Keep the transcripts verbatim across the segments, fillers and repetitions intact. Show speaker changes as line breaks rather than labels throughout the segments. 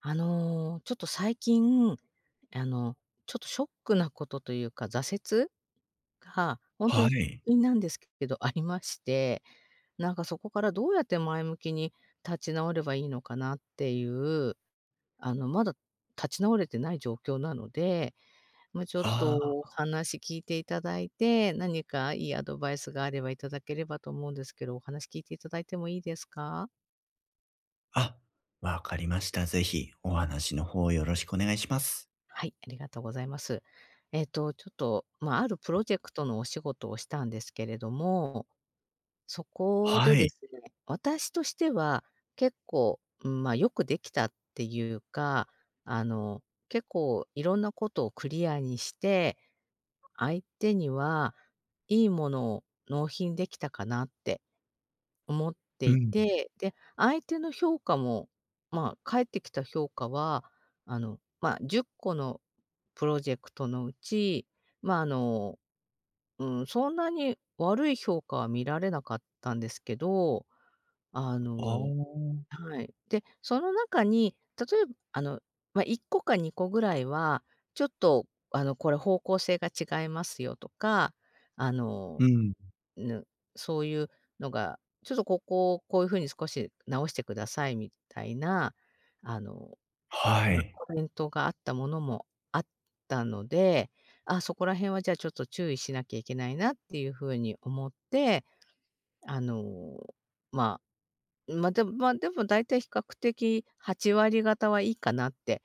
あの、ちょっと最近、あの、ちょっとショックなことというか、挫折が本当
は
に
い。
直近なんですけどありまして、なんかそこからどうやって前向きに立ち直ればいいのかなっていう、あの、まだ立ち直れてない状況なので、まあ、ちょっと
あ
お
あ、
話聞いていただいて、何かいいアドバイスがあればいただければと思うんですけど、お話聞いていただいてもいいですか？
あ、わかりました。ぜひお話の方よろしくお願いします。
はい、ありがとうございます。えっと、ちょっと、まあ、あるプロジェクトのお仕事をしたんですけれども、そこで
は
で
い。
すね、私としては結構、うん、まあ、よくできたっていうか、あの、結構いろんなことをクリアにして、相手にはいいものを納品できたかなって思って
う
い
ん。
て、で、相手の評価も、まあ、返ってきた評価は、あの、まあ、じゅっこのプロジェクトのうち、まあ、あの、うん、そんなに悪い評価は見られなかったんですけど、あ
あ
の
あ、
はい。で、その中に、例えば、あの、まあ、いっこかにこぐらいは、ちょっと、あの、これ方向性が違いますよとか、あの
うん。
ぬ、そういうのが、ちょっとここをこういう風に少し直してくださいみたいな、あの、
は
まあ、
い。
コメントがあったものもあったので、あ、そこら辺はじゃあちょっと注意しなきゃいけないなっていう風に思って、あの、まあ、まあ、でもまあ、でも大体比較的はち割方はいいかなって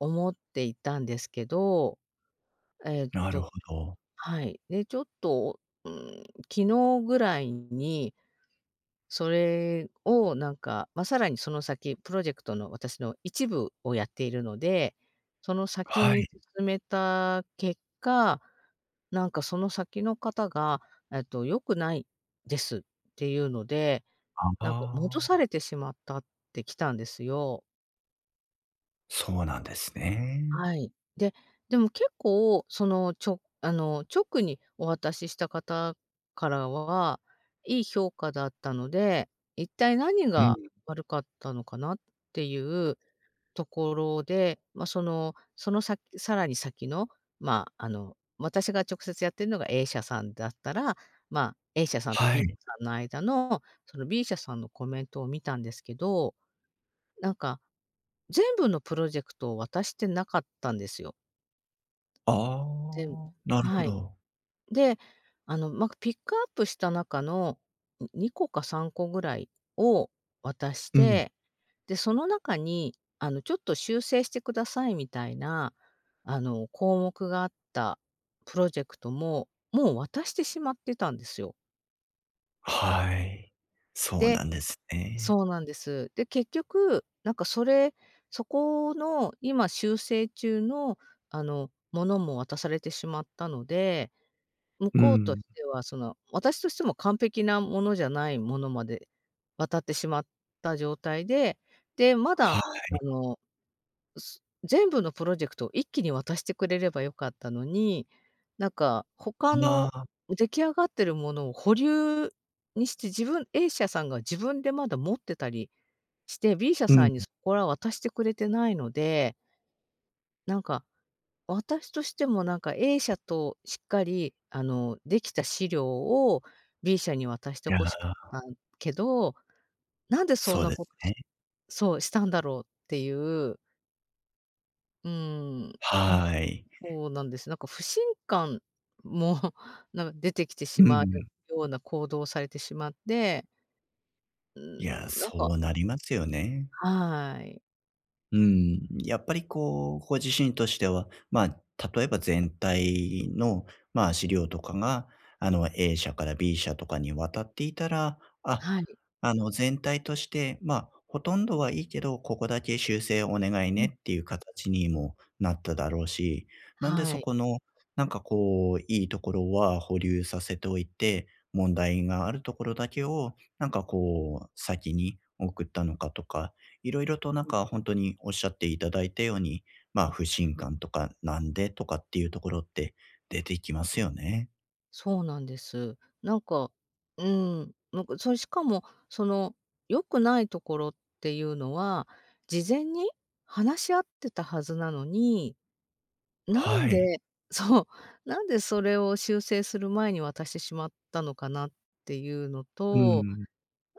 思っていたんですけど、えっ
なる
と
ほど。
はい。で、ちょっと、うん、昨日ぐらいにそれをなんか、まあ、さらにその先、プロジェクトの私の一部をやっているので、その先
は
に
い。
進めた結果、なんかその先の方が、えっと「良くないです」っていうので、
あ
なんか戻
あ、
されてしまったって来たんですよ。
そうなんですね。
はい。で、でも結構その、ちょあの、直にお渡しした方からは、いい評価だったので、一体何
うん。
が悪かったのかなっていうところで、まあ、そのその先さらに先の、まあ、あの、私が直接やってるのが A 社さんだったら、まあ、A 社さんと
は
B 社
い。
さんの間の、その B 社さんのコメントを見たんですけど、なんか全部のプロジェクトを渡してなかったんですよ。
あ
で
あ、なるほ
はい。
ど。
で、あの、ま、ピックアップした中の、ん、にこかさんこぐらいを渡し
うん。
て、で、その中に、あの、ちょっと修正してくださいみたいな、あの、項目があったプロジェクトも、もう渡してしまってたんですよ。
はい。そう
で、
なんですね。
そうなんです。で、結局、なんかそれそこの今修正中の、あの、ものも渡されてしまったので向
う
こうと
ん。
しては、その、私としても完璧なものじゃないものまで渡ってしまった状態で、で、ま
は
だ、
い。
あの、す全部のプロジェクトを一気に渡してくれればよかったのに、なんか他
あ
の
あ、
出来上がってるものを保留にして、自分 A 社さんが自分でまだ持ってたりして、B 社
う
さ
ん。
んに
い
そこら渡してくれてないので、なんか私としてもなんか A 社としっかり、あの、できた資料を B 社に渡して
や、
欲しかったけど、なんでそん
そう
な
で
こ
す
とし
ね。
そう、したんだろうっていう、うーん、な
はい。
そうなんです。なんか不信感も なんか出てきてし
う
まう
ん。
ような行動をされてしまって、うー
いや、
ん、なんか
そうなりますよね。
はい。
うん、やっぱりこう、ご自身としては、まあ、例えば全体の、まあ、資料とかが、あの、A 社から B 社とかに渡っていたら、あ、
はい。
あの、全体として、まあ、ほとんどはいいけど、ここだけ修正お願い
うん、
ねっていう形にもなっただろうし、なんで
は
そ
い。
この、なんかこう、いいところは保留させておいて、問題があるところだけを、なんかこう、先に送ったのかとか、いろいろとなんか本当におっしゃっていただいたように、ま、不信感とか、なんでとかっていうところって出てきますよね。
そうなんです。なんか、うん、なんか、それしかも、その、良くないところっていうのは、事前に話し合ってたはずなのに、なん
はい。
で そう、なんでそれを修正する前に渡してしまったのかなっていうの
う
と、
ん。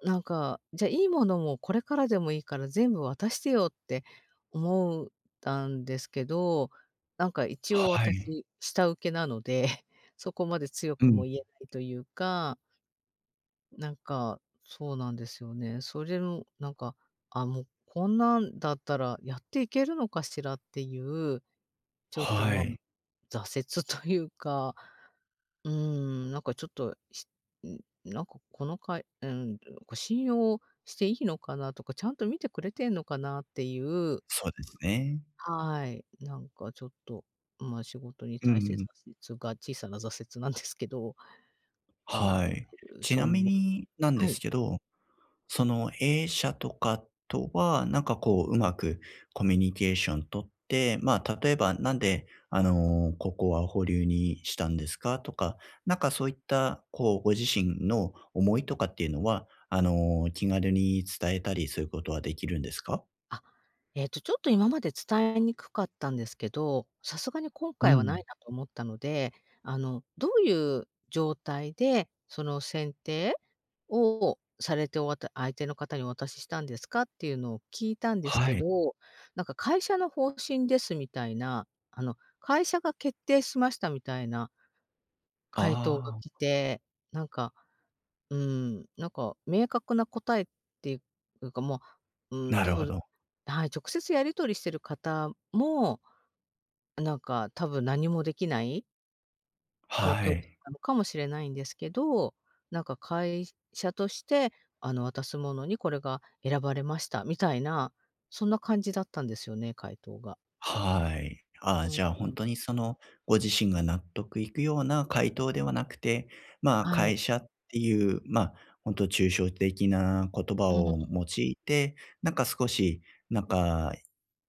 なんか、じゃ、いいものもこれからでもいいから全部渡してよって思うたんですけど、なんか一応
はい。
私下請けなので、そこまで強
う
くも
ん。
言えないというか、なんか、そうなんですよね。それもなんか、あ、もうこんなんだったらやっていけるのかしらっていう、ちょっと、
は
まあ、
い。
挫折というか、うーん、なんかちょっと、しん、なんかこのかいうん、こう信用していいのかなとか、ちゃんと見てくれてんのかなっていう、
そうですね。
はい、なんかちょっと、ま、仕事に
う
対して挫
ん。
折が小さな挫折なんですけど、ああ、っ
はい。
ていう
ち
しょ
な
ん
み
ぼり、
になん
は
で
い。
すけど、その A 社とかとは、なんかこう、うまくコミュニケーション取って、まあ、例えば、なんで、あの、ここは保留にしたんですかとか、なんかそういった、こう、ご自身の思いとかっていうのは、あの、気軽に伝えたりすることはできるんですか？
あ、えっと、ちょっと今まで伝えにくかったんですけど、さすがに今
う
回はない
ん、
なと思ったので、あの、どういう状態で、その選定をされておわた相手の方にお渡ししたんですかっていうのを聞いたんです
は
け
い。
ど、なんか会社の方針ですみたいな、あの、会社が決定しましたみたいな回答が
あ
来
あ、
て、なんかうん、なんか明確な答えっていうか、もう、うん、
な
多
るほ
分、
ど。
はい、直接やり取りしてる方も、なんか多分何もできない状況
は
だっ
い。
たのかもしれないんですけど、なんか会社として、あの、渡すものにこれが選ばれましたみたいな、そんな感じだったんですよね、回答が。
はい。あ
う
あ、
ん、
じゃあ、本当にその、ご自身が納得いくような回答ではなくて、まあ、
はい。
会社っていう、まあ、本当抽象的な言葉
うん。
を用いて、なんか少し、なんか、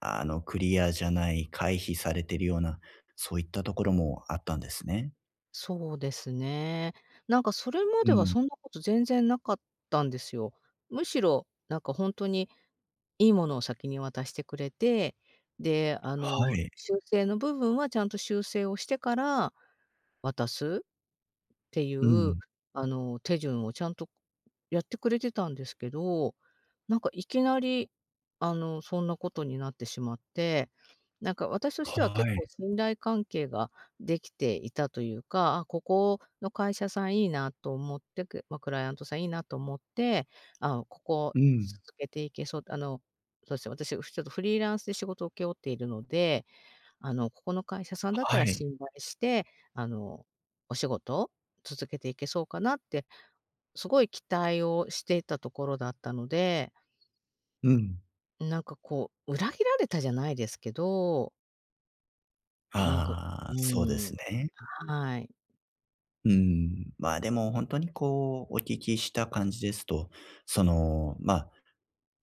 あの、クリアじゃない、回避されてるような、そういったところもあったんですね。
そうですね。なんかそれま
う
では
ん。
そんなこと全然なかったんですよ。むしろ、なんか本当にいいものを先に渡してくれて、で、あ
は
の、
い。
修正の部分はちゃんと修正をしてから渡すってい
う
う、
ん。
あの、手順をちゃんとやってくれてたんですけど、なんかいきなり、あの、そんなことになってしまって、なんか私としては
は
結
い。
構信頼関係ができていたというか、あ、ここの会社さんいいなと思って、くまあ、クライアントさんいいなと思って、あ、ここ
うん。
続けていけそう、あの、そうですね、私、ちょっとフリーランスで仕事を請け負っているので、あの、ここの会社さんだった
は
ら
い。
信頼して、あの、お仕事を続けていけそうかなって、すごい期待をしていたところだったので、
うん。
なんかこう、裏切られたじゃないですけど、なんか
ああ、
う
そうで
ーん、
すね。
はい。
うん、まあ、でも本当にこう、お聞きした感じですと、その、まあ、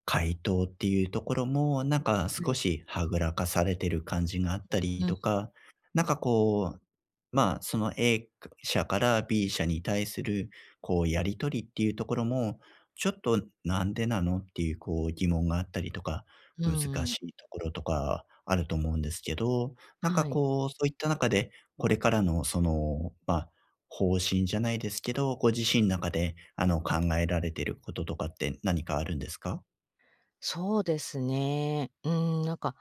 回答っていうところも、なんか
は
少
い。
しはぐらかされてる感じがあったり
う
とか、なんかこう、まあ、その A 社から ビー 社に対するこうやり取りっていうところも、ちょっとなんでなのっていうこう疑問があったりとか、
ん、う
難
ーん。
しいところとかあると思うんですけど、なん
は
か
い。
こう、そういった中で、これからのその、まあ方針じゃないですけど、ご自身の中で、あの、考えられてることとかって何かあるんですか？
そうですね。うーん、なんか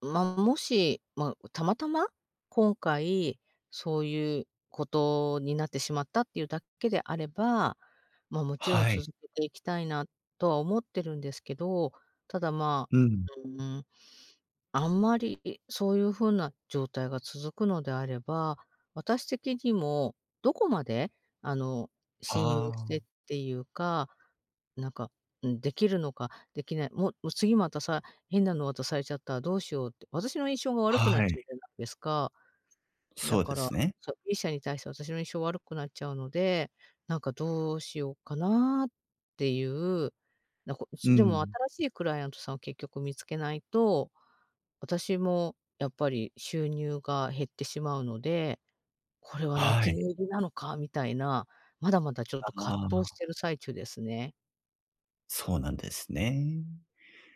まあ、もし、まあ、たまたま、今回そういうことになってしまったっていうだけであれば、まあ、もちろん
はい。
続けていきたいなとは思ってるんですけど、ただ、ま
うん。
あ、うん、あんまりそういうふうな状態が続くのであれば、私的にもどこまで、あの、信用
あ
して
あ、
っていうかなんか、うん、できるのかできない、もうもう次またさ、変なの渡されちゃったらどうしようって、私の印象が悪くなっ
は
ちゃう
い。
じゃないですか。だ
そう
か
で
ら、
すね。
そう、B 社に対して私の印象悪くなっちゃうので、なんかどうしようかなっていう、なんか
う
でも
ん。
新しいクライアントさんを結局見つけないと、私もやっぱり収入が減ってしまうので、これは泣
は
き
い。
寝入りなのかみたいな、まだまだちょっ
あ
と葛藤し
あ。
てる最中ですね。
そうなんですね。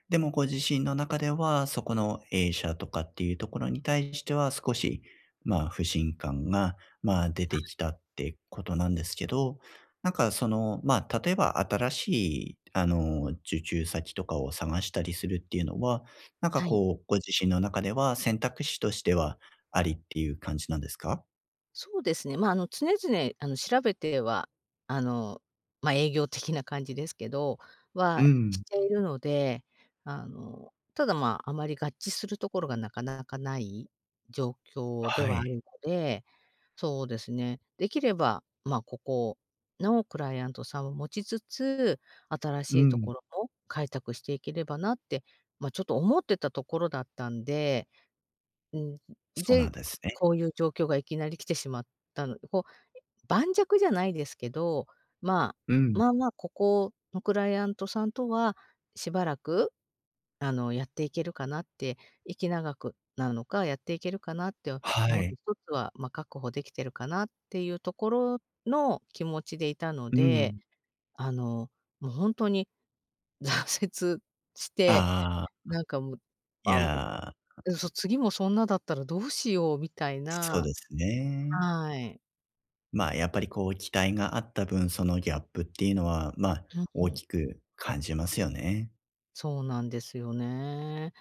でもご自身の中では、そこの A 社とかっていうところに対しては少し、まあ、不信感が、まあ、出
あ、
てきたってことなんですけど、なんかその、まあ、例えば新しい、あの、受注先とかを探したりするっていうのは、なんか
はい。
こう、ご自身の中では選択肢としてはありっていう感じなんですか？
そうですね。まあ、あの、常々、あの、調べては、あの、まあ、営業的な感じですけど、
う
はし
ん。
ているので、あの、ただ、まあ、あまり合致するところがなかなかない状況で
は
はあ
い。
るので、そうですね、できれば、まあ、ここのクライアントさんを持ちつつ、新
う
しいと
ん。
ころも開拓していければなって、まあ、ちょっと思ってたところだったんで、うん、
そうな
で、
んですね。
こういう状況がいきなり来てしまったのでこう、盤石じゃないですけど、ま
う
あ、
ん。
まあまあ、ここのクライアントさんとは、しばらく、あの、やっていけるかなって、息長くなのか、やっていけるかなって
は
思って、
い。
一つは、まあ、確保できてるかなっていうところの気持ちでいたの
う
で、
ん。
あの、もう本当に挫折して、
ああ、
なんかもう、
い
あ、もう、
や、
え、そう、次もそんなだったらどうしようみたい
そう
な、
ですね。
はい。
まあ、やっぱりこう期待があった分、そのギャップっていうのは、まあ、
うん
大
うん。
きく感じますよね。
そうなんですよね。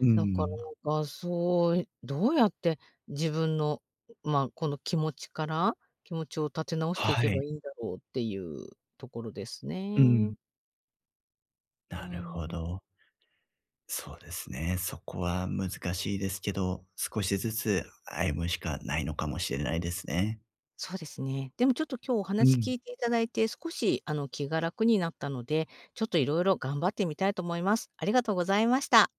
うー
だから
ん。
なんか、そう、どうやって自分の、まあ、この気持ちから気持ちを立て直してい
は
け
い。
ばいいんだろうっていうところです
う
ね。
ん。
う
なる
ん。
ほど。そうですね。そこは難しいですけど、少しずつ歩むしかないのかもしれないですね。
そうですね。でもちょっと今日お
う
話聞
ん。
いていただいて、少しあの気が楽になったので、ちょっといろいろ頑張ってみたいと思います。ありがとうございました。